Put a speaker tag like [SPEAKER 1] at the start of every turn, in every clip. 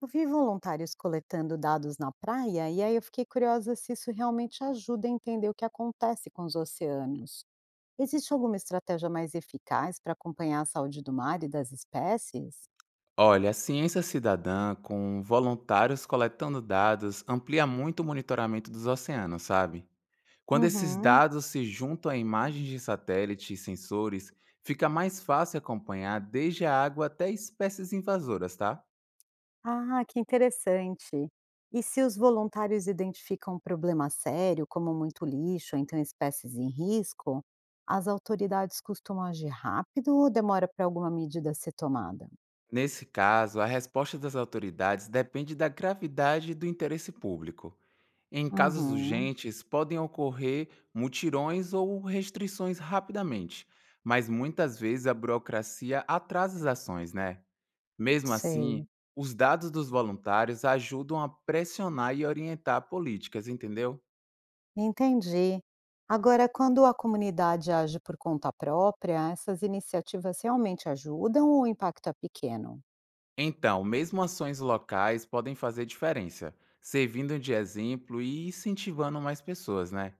[SPEAKER 1] Eu vi voluntários coletando dados na praia e aí eu fiquei curiosa se isso realmente ajuda a entender o que acontece com os oceanos. Existe alguma estratégia mais eficaz para acompanhar a saúde do mar e das espécies?
[SPEAKER 2] Olha, a ciência cidadã, com voluntários coletando dados, amplia muito o monitoramento dos oceanos, sabe? Quando esses
[SPEAKER 1] Uhum.
[SPEAKER 2] dados se juntam a imagens de satélite e sensores, fica mais fácil acompanhar desde a água até espécies invasoras, tá?
[SPEAKER 1] Ah, que interessante. E se os voluntários identificam um problema sério, como muito lixo, ou então espécies em risco, as autoridades costumam agir rápido ou demora para alguma medida ser tomada?
[SPEAKER 2] Nesse caso, a resposta das autoridades depende da gravidade e do interesse público. Em casos
[SPEAKER 1] Uhum,
[SPEAKER 2] urgentes, podem ocorrer mutirões ou restrições rapidamente, mas muitas vezes a burocracia atrasa as ações, né? Mesmo
[SPEAKER 1] sei.
[SPEAKER 2] assim, os dados dos voluntários ajudam a pressionar e orientar políticas, entendeu?
[SPEAKER 1] Entendi. Agora, quando a comunidade age por conta própria, essas iniciativas realmente ajudam ou o impacto é pequeno?
[SPEAKER 2] Então, mesmo ações locais podem fazer diferença, servindo de exemplo e incentivando mais pessoas, né?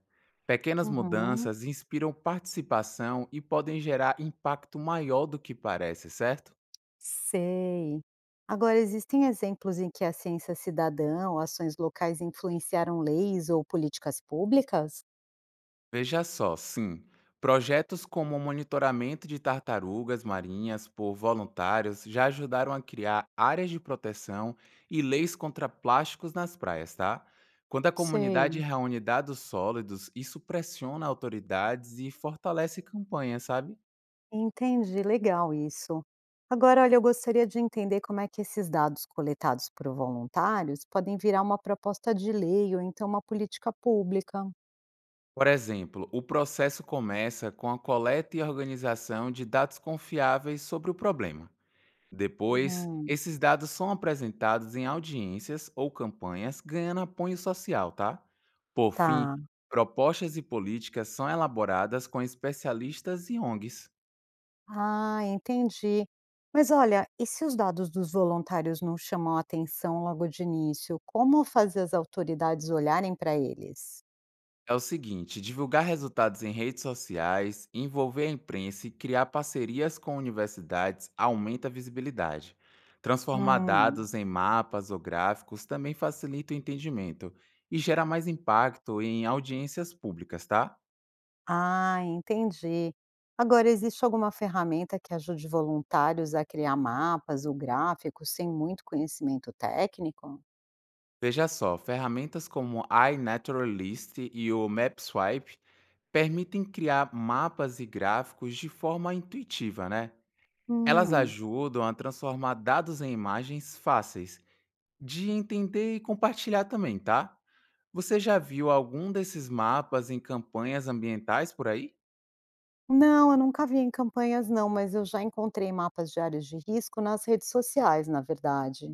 [SPEAKER 2] Pequenas
[SPEAKER 1] Uhum,
[SPEAKER 2] mudanças inspiram participação e podem gerar impacto maior do que parece, certo?
[SPEAKER 1] sei. Agora, existem exemplos em que a ciência cidadã ou ações locais influenciaram leis ou políticas públicas?
[SPEAKER 2] Veja só, sim. Projetos como o monitoramento de tartarugas marinhas por voluntários já ajudaram a criar áreas de proteção e leis contra plásticos nas praias, tá? Quando a comunidade
[SPEAKER 1] Sei.
[SPEAKER 2] reúne dados sólidos, isso pressiona autoridades e fortalece campanhas, sabe?
[SPEAKER 1] Entendi, legal isso. Agora, olha, eu gostaria de entender como é que esses dados coletados por voluntários podem virar uma proposta de lei ou então uma política pública.
[SPEAKER 2] Por exemplo, o processo começa com a coleta e organização de dados confiáveis sobre o problema. Depois,
[SPEAKER 1] Uhum.
[SPEAKER 2] esses dados são apresentados em audiências ou campanhas ganhando apoio social, tá? Por fim,
[SPEAKER 1] Tá.
[SPEAKER 2] propostas e políticas são elaboradas com especialistas e ONGs.
[SPEAKER 1] Ah, entendi. Mas olha, e se os dados dos voluntários não chamam a atenção logo de início, como fazer as autoridades olharem para eles?
[SPEAKER 2] É o seguinte: divulgar resultados em redes sociais, envolver a imprensa e criar parcerias com universidades aumenta a visibilidade. Transformar
[SPEAKER 1] Hum,
[SPEAKER 2] dados em mapas ou gráficos também facilita o entendimento e gera mais impacto em audiências públicas, tá?
[SPEAKER 1] ah, entendi. Agora, existe alguma ferramenta que ajude voluntários a criar mapas ou gráficos sem muito conhecimento técnico?
[SPEAKER 2] Veja só, ferramentas como iNaturalist e o MapSwipe permitem criar mapas e gráficos de forma intuitiva, né? Elas
[SPEAKER 1] Hum,
[SPEAKER 2] ajudam a transformar dados em imagens fáceis de entender e compartilhar também, tá? Você já viu algum desses mapas em campanhas ambientais por aí?
[SPEAKER 1] não, eu nunca vi em campanhas, não, mas eu já encontrei mapas de áreas de risco nas redes sociais, na verdade.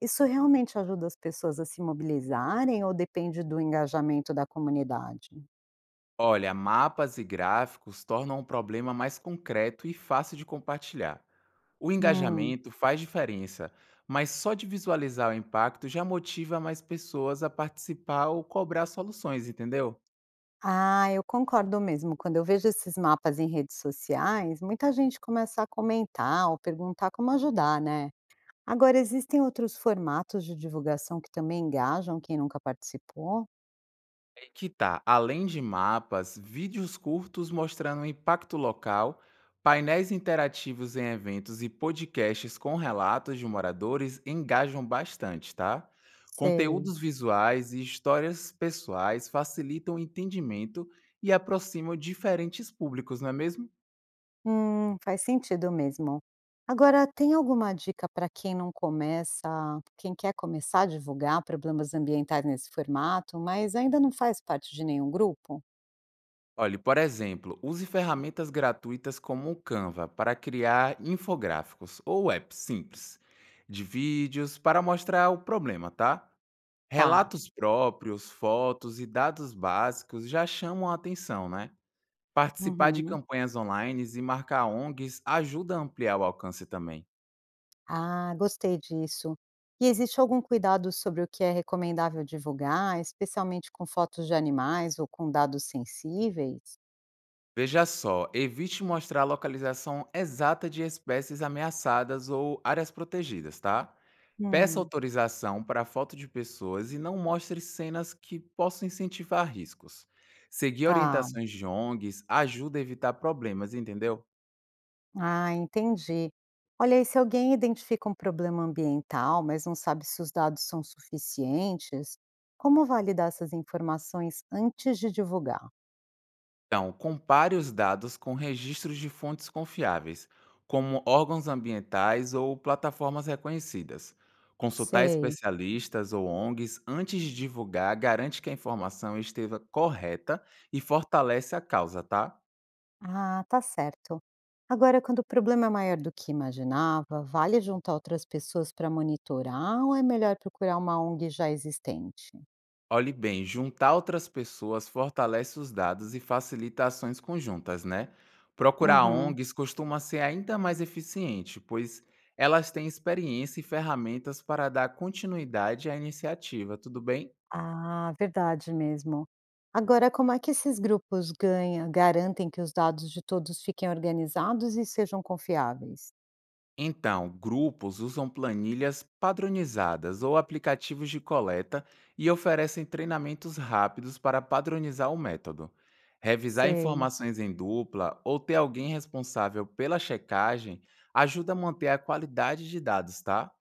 [SPEAKER 1] Isso realmente ajuda as pessoas a se mobilizarem ou depende do engajamento da comunidade?
[SPEAKER 2] Olha, mapas e gráficos tornam o problema mais concreto e fácil de compartilhar. O
[SPEAKER 1] Hum.
[SPEAKER 2] engajamento faz diferença, mas só de visualizar o impacto já motiva mais pessoas a participar ou cobrar soluções, entendeu?
[SPEAKER 1] Ah, eu concordo mesmo. Quando eu vejo esses mapas em redes sociais, muita gente começa a comentar ou perguntar como ajudar, né? Agora, existem outros formatos de divulgação que também engajam quem nunca participou?
[SPEAKER 2] Que tá, além de mapas, vídeos curtos mostrando o impacto local, painéis interativos em eventos e podcasts com relatos de moradores engajam bastante, tá?
[SPEAKER 1] Sei.
[SPEAKER 2] Conteúdos visuais e histórias pessoais facilitam o entendimento e aproximam diferentes públicos, não é mesmo?
[SPEAKER 1] Faz sentido mesmo. Agora, tem alguma dica para quem não começa, quem quer começar a divulgar problemas ambientais nesse formato, mas ainda não faz parte de nenhum grupo?
[SPEAKER 2] Olhe, por exemplo, use ferramentas gratuitas como o Canva para criar infográficos ou apps simples de vídeos para mostrar o problema, tá?
[SPEAKER 1] Tá.
[SPEAKER 2] Relatos próprios, fotos e dados básicos já chamam a atenção, né? Participar de
[SPEAKER 1] Uhum.
[SPEAKER 2] campanhas online e marcar ONGs ajuda a ampliar o alcance também.
[SPEAKER 1] Ah, gostei disso. E existe algum cuidado sobre o que é recomendável divulgar, especialmente com fotos de animais ou com dados sensíveis?
[SPEAKER 2] Veja só, evite mostrar a localização exata de espécies ameaçadas ou áreas protegidas, tá? Peça
[SPEAKER 1] Hum,
[SPEAKER 2] autorização para foto de pessoas e não mostre cenas que possam incentivar riscos. Seguir
[SPEAKER 1] tá.
[SPEAKER 2] orientações de ONGs ajuda a evitar problemas, entendeu?
[SPEAKER 1] Ah, entendi. Olha, e se alguém identifica um problema ambiental, mas não sabe se os dados são suficientes, como validar essas informações antes de divulgar?
[SPEAKER 2] Então, compare os dados com registros de fontes confiáveis, como órgãos ambientais ou plataformas reconhecidas. Consultar
[SPEAKER 1] Sei.
[SPEAKER 2] especialistas ou ONGs antes de divulgar garante que a informação esteja correta e fortalece a causa, tá?
[SPEAKER 1] Ah, tá certo. Agora, quando o problema é maior do que imaginava, vale juntar outras pessoas para monitorar ou é melhor procurar uma ONG já existente?
[SPEAKER 2] Olhe bem, juntar outras pessoas fortalece os dados e facilita ações conjuntas, né? Procurar
[SPEAKER 1] Uhum.
[SPEAKER 2] ONGs costuma ser ainda mais eficiente, pois elas têm experiência e ferramentas para dar continuidade à iniciativa, tudo bem?
[SPEAKER 1] Ah, verdade mesmo. Agora, como é que esses grupos ganham garantem que os dados de todos fiquem organizados e sejam confiáveis?
[SPEAKER 2] Então, grupos usam planilhas padronizadas ou aplicativos de coleta e oferecem treinamentos rápidos para padronizar o método. Revisar
[SPEAKER 1] Sei.
[SPEAKER 2] informações em dupla ou ter alguém responsável pela checagem ajuda a manter a qualidade de dados, tá?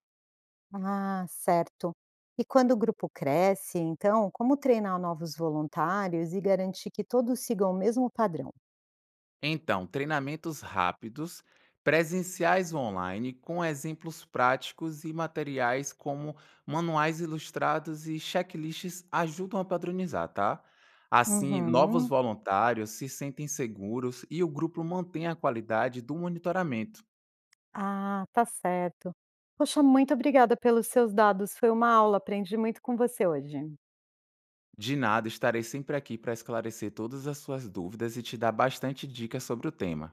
[SPEAKER 1] Ah, certo. E quando o grupo cresce, então, como treinar novos voluntários e garantir que todos sigam o mesmo padrão?
[SPEAKER 2] Então, treinamentos rápidos, presenciais ou online, com exemplos práticos e materiais como manuais ilustrados e checklists ajudam a padronizar, tá? Assim, novos
[SPEAKER 1] Uhum.
[SPEAKER 2] voluntários se sentem seguros e o grupo mantém a qualidade do monitoramento.
[SPEAKER 1] Ah, tá certo. Poxa, muito obrigada pelos seus dados. Foi uma aula, aprendi muito com você hoje.
[SPEAKER 2] De nada, estarei sempre aqui para esclarecer todas as suas dúvidas e te dar bastante dicas sobre o tema.